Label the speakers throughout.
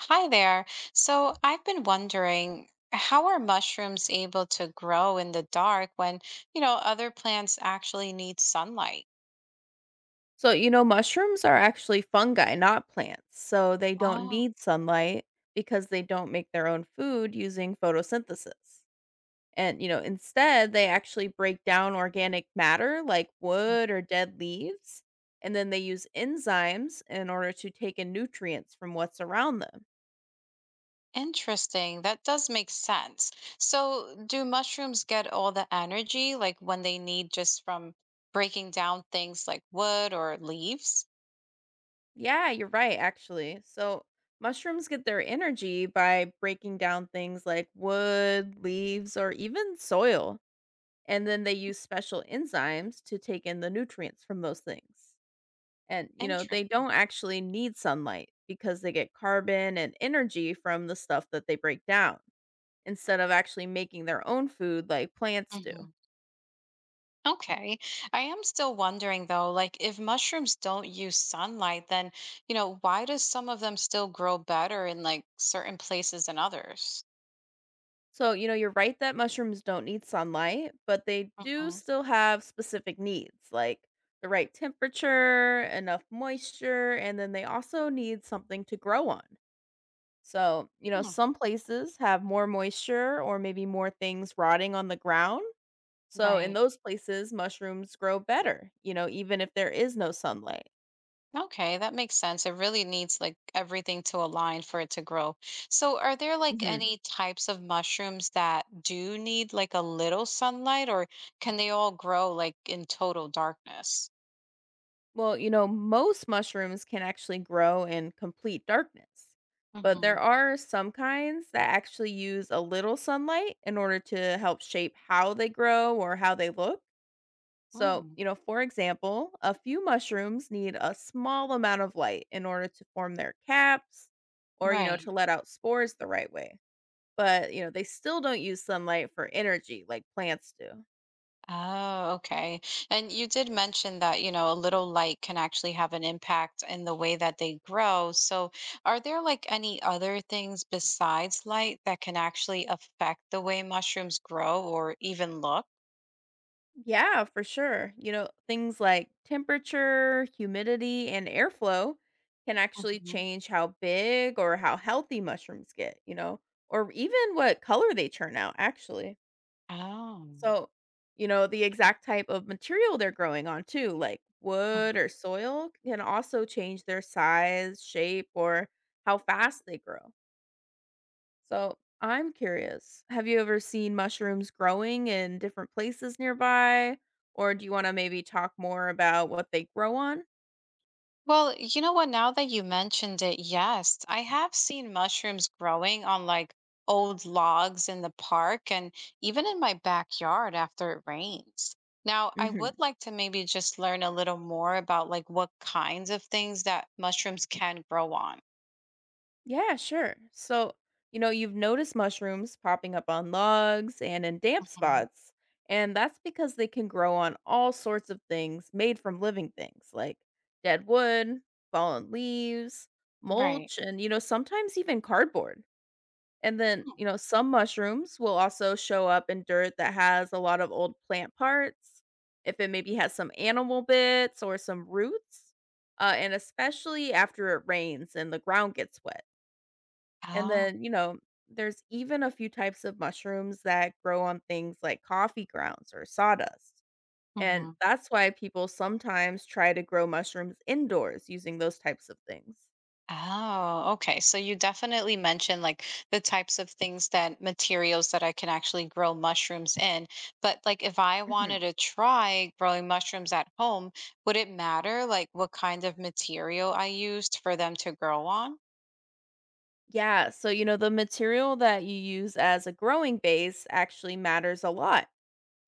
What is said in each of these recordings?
Speaker 1: Hi there. So I've been wondering, how are mushrooms able to grow in the dark when, you know, other plants actually need sunlight?
Speaker 2: So, you know, mushrooms are actually fungi, not plants. So they don't
Speaker 1: Oh,
Speaker 2: need sunlight because they don't make their own food using photosynthesis. And, you know, instead, they actually break down organic matter like wood or dead leaves. And then they use enzymes in order to take in nutrients from what's around them.
Speaker 1: interesting. That does make sense. So do mushrooms get all the energy like when they need just from breaking down things like wood or leaves?
Speaker 2: Yeah, you're right, actually. So mushrooms get their energy by breaking down things like wood, leaves, or even soil. And then they use special enzymes to take in the nutrients from those things. And, you know, they
Speaker 1: Interesting.
Speaker 2: don't actually need sunlight because they get carbon and energy from the stuff that they break down instead of actually making their own food like plants do.
Speaker 1: Okay. I am still wondering though, like if mushrooms don't use sunlight, then, you know, why does some of them still grow better in like certain places than others?
Speaker 2: So, you know, you're right that mushrooms don't need sunlight, but they do
Speaker 1: Hmm.
Speaker 2: still have specific needs like the right temperature, enough moisture, and then they also need something to grow on. So, you know, some places have more moisture or maybe more things rotting on the ground. So, in
Speaker 1: Right.
Speaker 2: those places, mushrooms grow better, you know, even if there is no sunlight.
Speaker 1: Okay, that makes sense. It really needs like everything to align for it to grow. So are there like
Speaker 2: hmm
Speaker 1: any types of mushrooms that do need like a little sunlight or can they all grow like in total darkness?
Speaker 2: Well, you know, most mushrooms can actually grow in complete darkness, but
Speaker 1: Mm-hmm.
Speaker 2: there are some kinds that actually use a little sunlight in order to help shape how they grow or how they look. So, you know, for example, a few mushrooms need a small amount of light in order to form their caps or, you know,
Speaker 1: Right.
Speaker 2: to let out spores the right way. But, you know, they still don't use sunlight for energy like plants do.
Speaker 1: Oh, okay. And you did mention that, you know, a little light can actually have an impact in the way that they grow. So, are there like any other things besides light that can actually affect the way mushrooms grow or even look?
Speaker 2: Yeah, for sure. You know, things like temperature, humidity, and airflow can actually
Speaker 1: Mhm.
Speaker 2: change how big or how healthy mushrooms get, you know, or even what color they turn out, actually. So, you know, the exact type of material they're growing on too, like
Speaker 1: Oh.
Speaker 2: wood or soil can also change their size, shape, or how fast they grow. So, I'm curious, have you ever seen mushrooms growing in different places nearby? Or do you want to maybe talk more about what they grow on?
Speaker 1: Well, you know what? Now that you mentioned it, yes, I have seen mushrooms growing on like old logs in the park and even in my backyard after it rains. Now, I would
Speaker 2: Mm-hmm.
Speaker 1: like to maybe just learn a little more about like what kinds of things that mushrooms can grow on.
Speaker 2: Yeah, sure. So, you know, you've noticed mushrooms popping up on logs and in damp
Speaker 1: Mhm.
Speaker 2: spots. And that's because they can grow on all sorts of things made from living things like dead wood, fallen leaves,
Speaker 1: Right.
Speaker 2: mulch, and, you know, sometimes even cardboard. And then,
Speaker 1: Hmm.
Speaker 2: you know, some mushrooms will also show up in dirt that has a lot of old plant parts. If it maybe has some animal bits or some roots, and especially after it rains and the ground gets wet. And then, you know, there's even a few types of mushrooms that grow on things like coffee grounds or sawdust. And
Speaker 1: Oh.
Speaker 2: that's why people sometimes try to grow mushrooms indoors using those types of things.
Speaker 1: Oh, okay. So you definitely mentioned like the types of things that materials that I can actually grow mushrooms in. But like if I wanted
Speaker 2: Mhm.
Speaker 1: to try growing mushrooms at home, would it matter like what kind of material I used for them to grow on?
Speaker 2: Yeah. So, you know, the material that you use as a growing base actually matters a lot.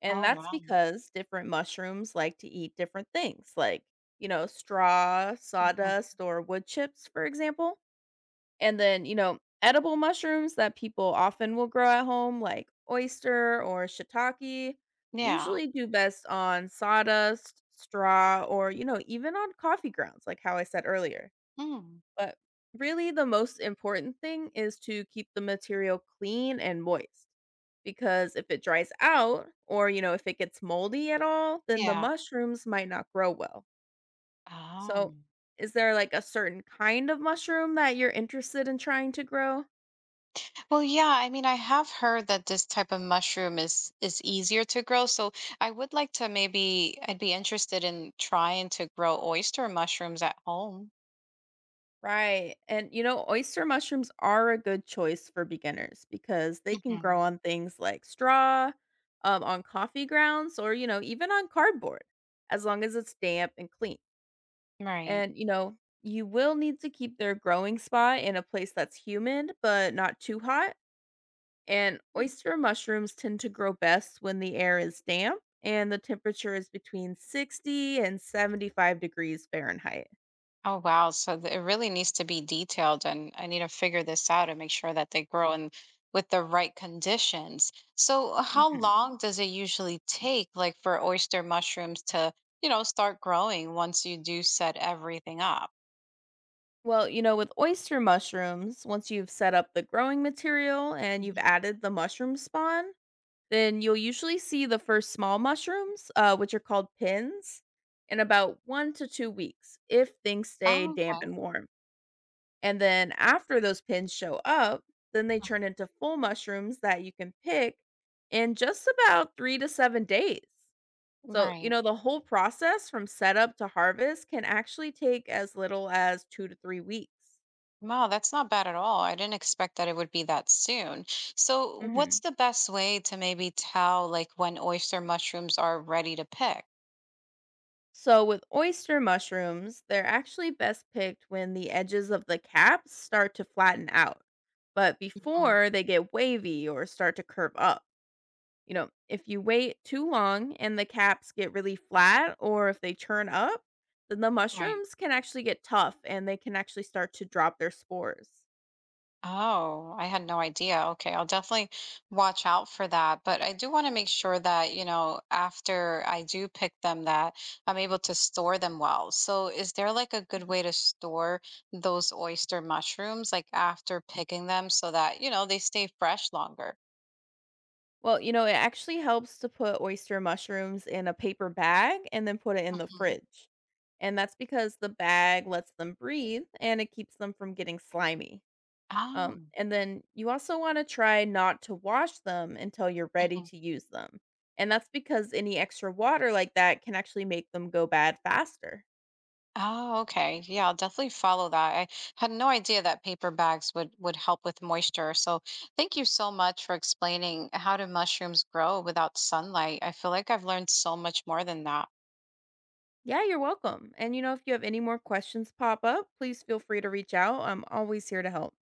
Speaker 2: And
Speaker 1: Oh,
Speaker 2: that's
Speaker 1: wow.
Speaker 2: because different mushrooms like to eat different things, like, you know, straw,
Speaker 1: Mhm.
Speaker 2: sawdust, or wood chips, for example. And then, you know, edible mushrooms that people often will grow at home, like oyster or shiitake,
Speaker 1: Yeah.
Speaker 2: usually do best on sawdust, straw, or, you know, even on coffee grounds, like how I said earlier.
Speaker 1: Mm.
Speaker 2: But really, the most important thing is to keep the material clean and moist. Because if it dries out, or, you know, if it gets moldy at all, then the
Speaker 1: Yeah.
Speaker 2: mushrooms might not grow well.
Speaker 1: Oh.
Speaker 2: So, is there like a certain kind of mushroom that you're interested in trying to grow?
Speaker 1: Well, yeah, I mean, I have heard that this type of mushroom is easier to grow. So I would like to maybe I'd be interested in trying to grow oyster mushrooms at home.
Speaker 2: Right. And you know, oyster mushrooms are a good choice for beginners because they can grow
Speaker 1: Hmm.
Speaker 2: on things like straw, on coffee grounds, or, you know, even on cardboard, as long as it's damp and clean.
Speaker 1: Right.
Speaker 2: And, you know, you will need to keep their growing spot in a place that's humid, but not too hot. And oyster mushrooms tend to grow best when the air is damp and the temperature is between 60 and 75 degrees Fahrenheit.
Speaker 1: Oh, wow. So it really needs to be detailed, and I need to figure this out and make sure that they grow in with the right conditions. So how
Speaker 2: Mhm.
Speaker 1: long does it usually take, like for oyster mushrooms to, you know, start growing once you do set everything up?
Speaker 2: Well, you know, with oyster mushrooms, once you've set up the growing material and you've
Speaker 1: Mhm.
Speaker 2: added the mushroom spawn, then you'll usually see the first small mushrooms, which are called pins, in about 1 to 2 weeks if things stay
Speaker 1: Oh,
Speaker 2: damp
Speaker 1: okay.
Speaker 2: and warm. And then after those pins show up, then they turn into full mushrooms that you can pick in just about 3 to 7 days. So, you
Speaker 1: Right.
Speaker 2: know, the whole process from setup to harvest can actually take as little as 2 to 3 weeks.
Speaker 1: Wow, that's not bad at all. I didn't expect that it would be that soon. So, what's
Speaker 2: hmm
Speaker 1: the best way to maybe tell like when oyster mushrooms are ready to pick?
Speaker 2: So, with oyster mushrooms, they're actually best picked when the edges of the caps start to flatten out, but
Speaker 1: Mhm.
Speaker 2: before they get wavy or start to curve up. You know, if you wait too long and the caps get really flat or if they churn up, then the
Speaker 1: Right.
Speaker 2: mushrooms can actually get tough and they can actually start to drop their spores.
Speaker 1: Oh, I had no idea. Okay, I'll definitely watch out for that. But I do want to make sure that, you know, after I do pick them, that I'm able to store them well. So is there like a good way to store those oyster mushrooms like after picking them so that, you know, they stay fresh longer?
Speaker 2: Well, you know, it actually helps to put oyster mushrooms in a paper bag and then put it in the
Speaker 1: Mhm.
Speaker 2: fridge. And that's because the bag lets them breathe and it keeps them from getting slimy.
Speaker 1: Oh.
Speaker 2: And then you also want to try not to wash them until you're ready to use them. And that's because any extra water like that can actually make them go bad faster.
Speaker 1: Oh, okay. Yeah, I'll definitely follow that. I had no idea that paper bags would help with moisture. So thank you so much for explaining how do mushrooms grow without sunlight. I feel like I've learned so much more than that.
Speaker 2: Yeah, you're welcome. And you know, if you have any more questions pop up, please feel free to reach out. I'm always here to help.